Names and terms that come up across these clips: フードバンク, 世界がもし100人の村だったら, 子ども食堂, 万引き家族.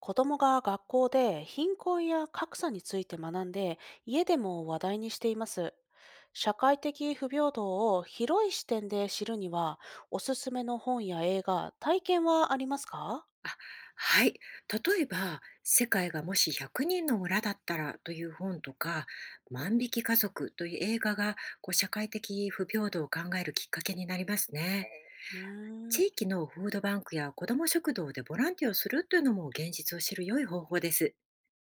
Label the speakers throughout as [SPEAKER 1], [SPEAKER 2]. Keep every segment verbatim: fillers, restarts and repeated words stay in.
[SPEAKER 1] 子供が学校で貧困や格差について学んで、家でも話題にしています。社会的不平等を広い視点で知るには、おすすめの本や映画、体験はありますか？
[SPEAKER 2] あ、はい。例えば、世界がもしひゃくにんの村だったらという本とか、万引き家族という映画がこう社会的不平等を考えるきっかけになりますね。
[SPEAKER 1] うーん、う
[SPEAKER 2] 地域のフードバンクや子ども食堂でボランティアをするというのも、現実を知る良い方法です。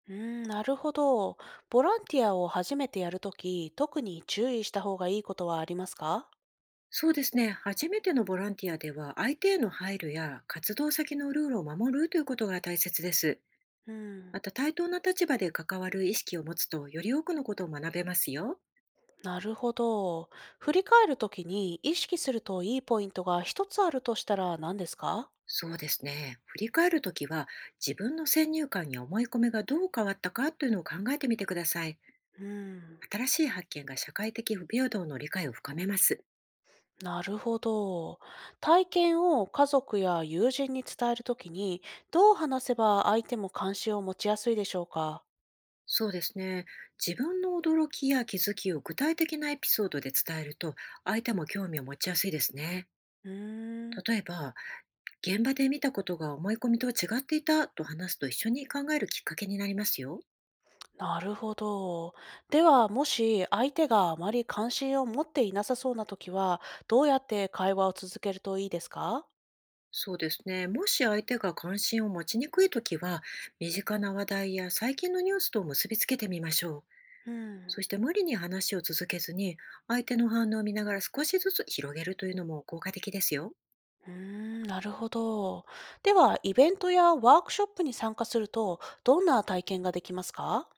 [SPEAKER 1] ーんなるほど。ボランティアを初めてやるとき、特に注意した方がいいことはありますか？
[SPEAKER 2] そうですね。初めてのボランティアでは、相手への配慮や活動先のルールを守るということが大切です。
[SPEAKER 1] うん、
[SPEAKER 2] また、対等な立場で関わる意識を持つと、より多くのことを学べますよ。
[SPEAKER 1] なるほど。振り返るときに意識するといいポイントが一つあるとしたら何ですか？
[SPEAKER 2] そうですね。振り返るときは、自分の先入観や思い込みがどう変わったかというのを考えてみてください。
[SPEAKER 1] うん。
[SPEAKER 2] 新しい発見が社会的不平等の理解を深めます。
[SPEAKER 1] なるほど。体験を家族や友人に伝えるときに、どう話せば相手も関心を持ちやすいでしょうか？
[SPEAKER 2] そうですね。自分の驚きや気づきを具体的なエピソードで伝えると、相手も興味を持ちやすいですね。
[SPEAKER 1] うーん、
[SPEAKER 2] 例えば、現場で見たことが思い込みとは違っていたと話すと、一緒に考えるきっかけになりますよ。
[SPEAKER 1] なるほど。では、もし相手があまり関心を持っていなさそうなときは、どうやって会話を続けるといいですか？
[SPEAKER 2] そうですね。もし相手が関心を持ちにくいときは、身近な話題や最近のニュースと結びつけてみましょう。
[SPEAKER 1] うん。
[SPEAKER 2] そして、無理に話を続けずに、相手の反応を見ながら少しずつ広げるというのも効果的ですよ。
[SPEAKER 1] うーん、なるほど。では、イベントやワークショップに参加すると、どんな体験ができますか？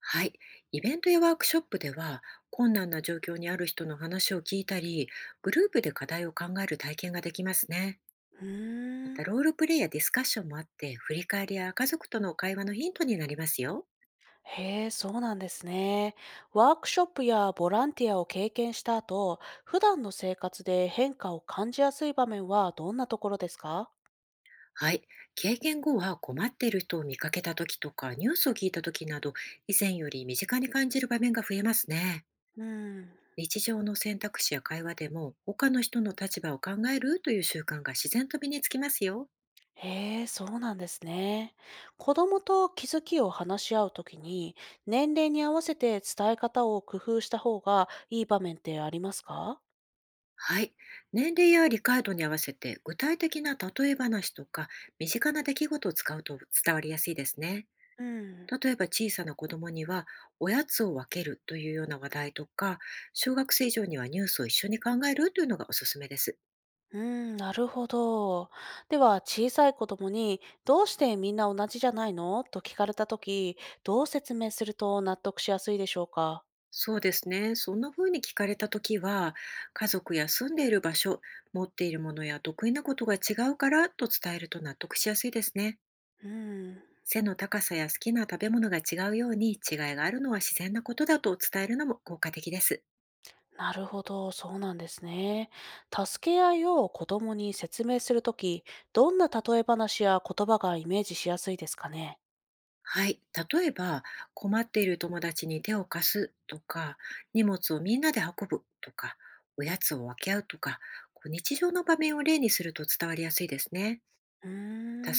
[SPEAKER 2] はい。イベントやワークショップでは、困難な状況にある人の話を聞いたり、グループで課題を考える体験ができますね。
[SPEAKER 1] う
[SPEAKER 2] ま
[SPEAKER 1] ー
[SPEAKER 2] た、
[SPEAKER 1] ん。
[SPEAKER 2] ロールプレイやディスカッションもあって、振り返りや家族との会話のヒントになりますよ。
[SPEAKER 1] へえ、そうなんですね。ワークショップやボランティアを経験した後、普段の生活で変化を感じやすい場面はどんなところですか？
[SPEAKER 2] はい。経験後は、困っている人を見かけた時とか、ニュースを聞いた時など、以前より身近に感じる場面が増えますね。
[SPEAKER 1] うん。
[SPEAKER 2] 日常の選択肢や会話でも、他の人の立場を考えるという習慣が自然と身につきますよ。
[SPEAKER 1] へえ、そうなんですね。子供と気づきを話し合うときに、年齢に合わせて伝え方を工夫した方がいい場面ってありますか？
[SPEAKER 2] はい。年齢や理解度に合わせて、具体的な例え話とか、身近な出来事を使うと伝わりやすいですね。
[SPEAKER 1] うん。
[SPEAKER 2] 例えば、小さな子供には、おやつを分けるというような話題とか、小学生以上にはニュースを一緒に考えるというのがおすすめです。
[SPEAKER 1] うーん、なるほど。では、小さい子供に、どうしてみんな同じじゃないのと聞かれたとき、どう説明すると納得しやすいでしょうか？
[SPEAKER 2] そうですね。そんな風に聞かれたときは、家族や住んでいる場所、持っているものや得意なことが違うからと伝えると納得しやすいですね。
[SPEAKER 1] うーん、
[SPEAKER 2] 背の高さや好きな食べ物が違うように、違いがあるのは自然なことだと伝えるのも効果的です。
[SPEAKER 1] なるほど。そうなんですね。助け合いを子供に説明するとき、どんな例え話や言葉がイメージしやすいですかね？
[SPEAKER 2] はい。例えば、困っている友達に手を貸すとか、荷物をみんなで運ぶとか、おやつを分け合うとか、こう日常の場面を例にすると伝わりやすいですね。
[SPEAKER 1] うー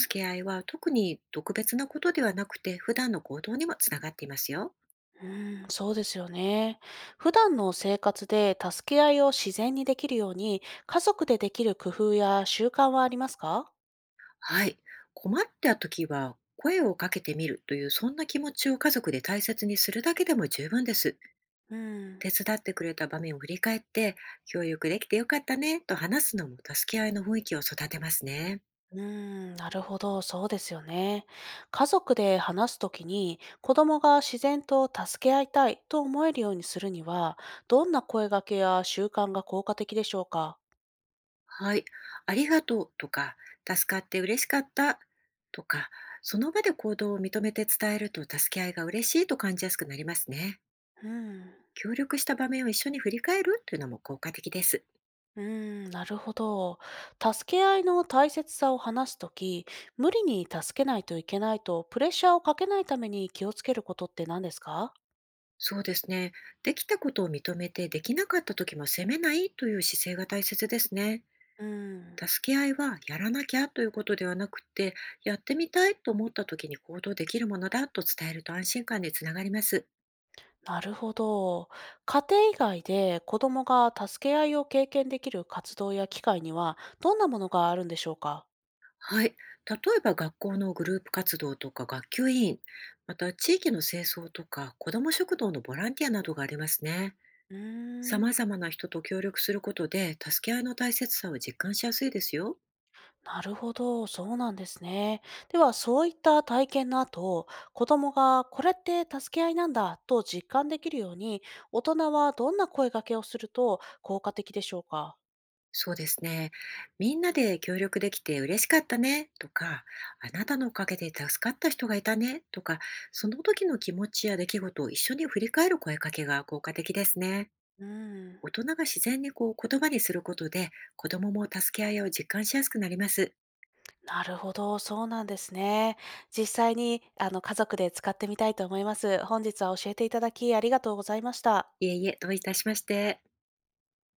[SPEAKER 1] ん、う
[SPEAKER 2] け合いは特に特別なことではなくて、普段の行動にもつながっていますよ。
[SPEAKER 1] ーん、そうですよね。普段の生活で助け合いを自然にできるように、家族でできる工夫や習慣はありますか？
[SPEAKER 2] はい。困った時は声をかけてみるという、そんな気持ちを家族で大切にするだけでも十分です。
[SPEAKER 1] うん、
[SPEAKER 2] 手伝ってくれた場面を振り返って、協力できてよかったねと話すのも、助け合いの雰囲気を育てますね。
[SPEAKER 1] うーん、なるほど、そうですよね。家族で話すときに、子供が自然と助け合いたいと思えるようにするには、どんな声掛けや習慣が効果的でしょうか？
[SPEAKER 2] はい。ありがとうとか、助かって嬉しかったとか、その場で行動を認めて伝えると、助け合いが嬉しいと感じやすくなりますね。
[SPEAKER 1] うん、
[SPEAKER 2] 協力した場面を一緒に振り返るというのも効果的です。
[SPEAKER 1] うーん、なるほど。助け合いの大切さを話すとき、無理に助けないといけないと、プレッシャーをかけないために気をつけることって何ですか？
[SPEAKER 2] そうですね。できたことを認めて、できなかった時も責めないという姿勢が大切ですね。
[SPEAKER 1] うん。
[SPEAKER 2] 助け合いはやらなきゃということではなくて、やってみたいと思った時に行動できるものだと伝えると安心感につながります。
[SPEAKER 1] なるほど。家庭以外で子供が助け合いを経験できる活動や機会にはどんなものがあるんでしょうか？
[SPEAKER 2] はい。例えば、学校のグループ活動とか学級委員、また地域の清掃とか子ども食堂のボランティアなどがありますね。
[SPEAKER 1] うー
[SPEAKER 2] 様
[SPEAKER 1] ん、
[SPEAKER 2] 々な人と協力することで、助け合いの大切さを実感しやすいですよ。
[SPEAKER 1] なるほど。そうなんですね。では、そういった体験の後、子供がこれって助け合いなんだと実感できるように、大人はどんな声掛けをすると効果的でしょうか？
[SPEAKER 2] そうですね。みんなで協力できて嬉しかったねとか、あなたのおかげで助かった人がいたねとか、その時の気持ちや出来事を一緒に振り返る声かけが効果的ですね。
[SPEAKER 1] うん。
[SPEAKER 2] 大人が自然にこう言葉にすることで、子供も助け合いを実感しやすくなります。
[SPEAKER 1] なるほど、そうなんですね。実際にあの家族で使ってみたいと思います。本日は教えていただきありがとうございました。
[SPEAKER 2] いえいえ、どういたしまして。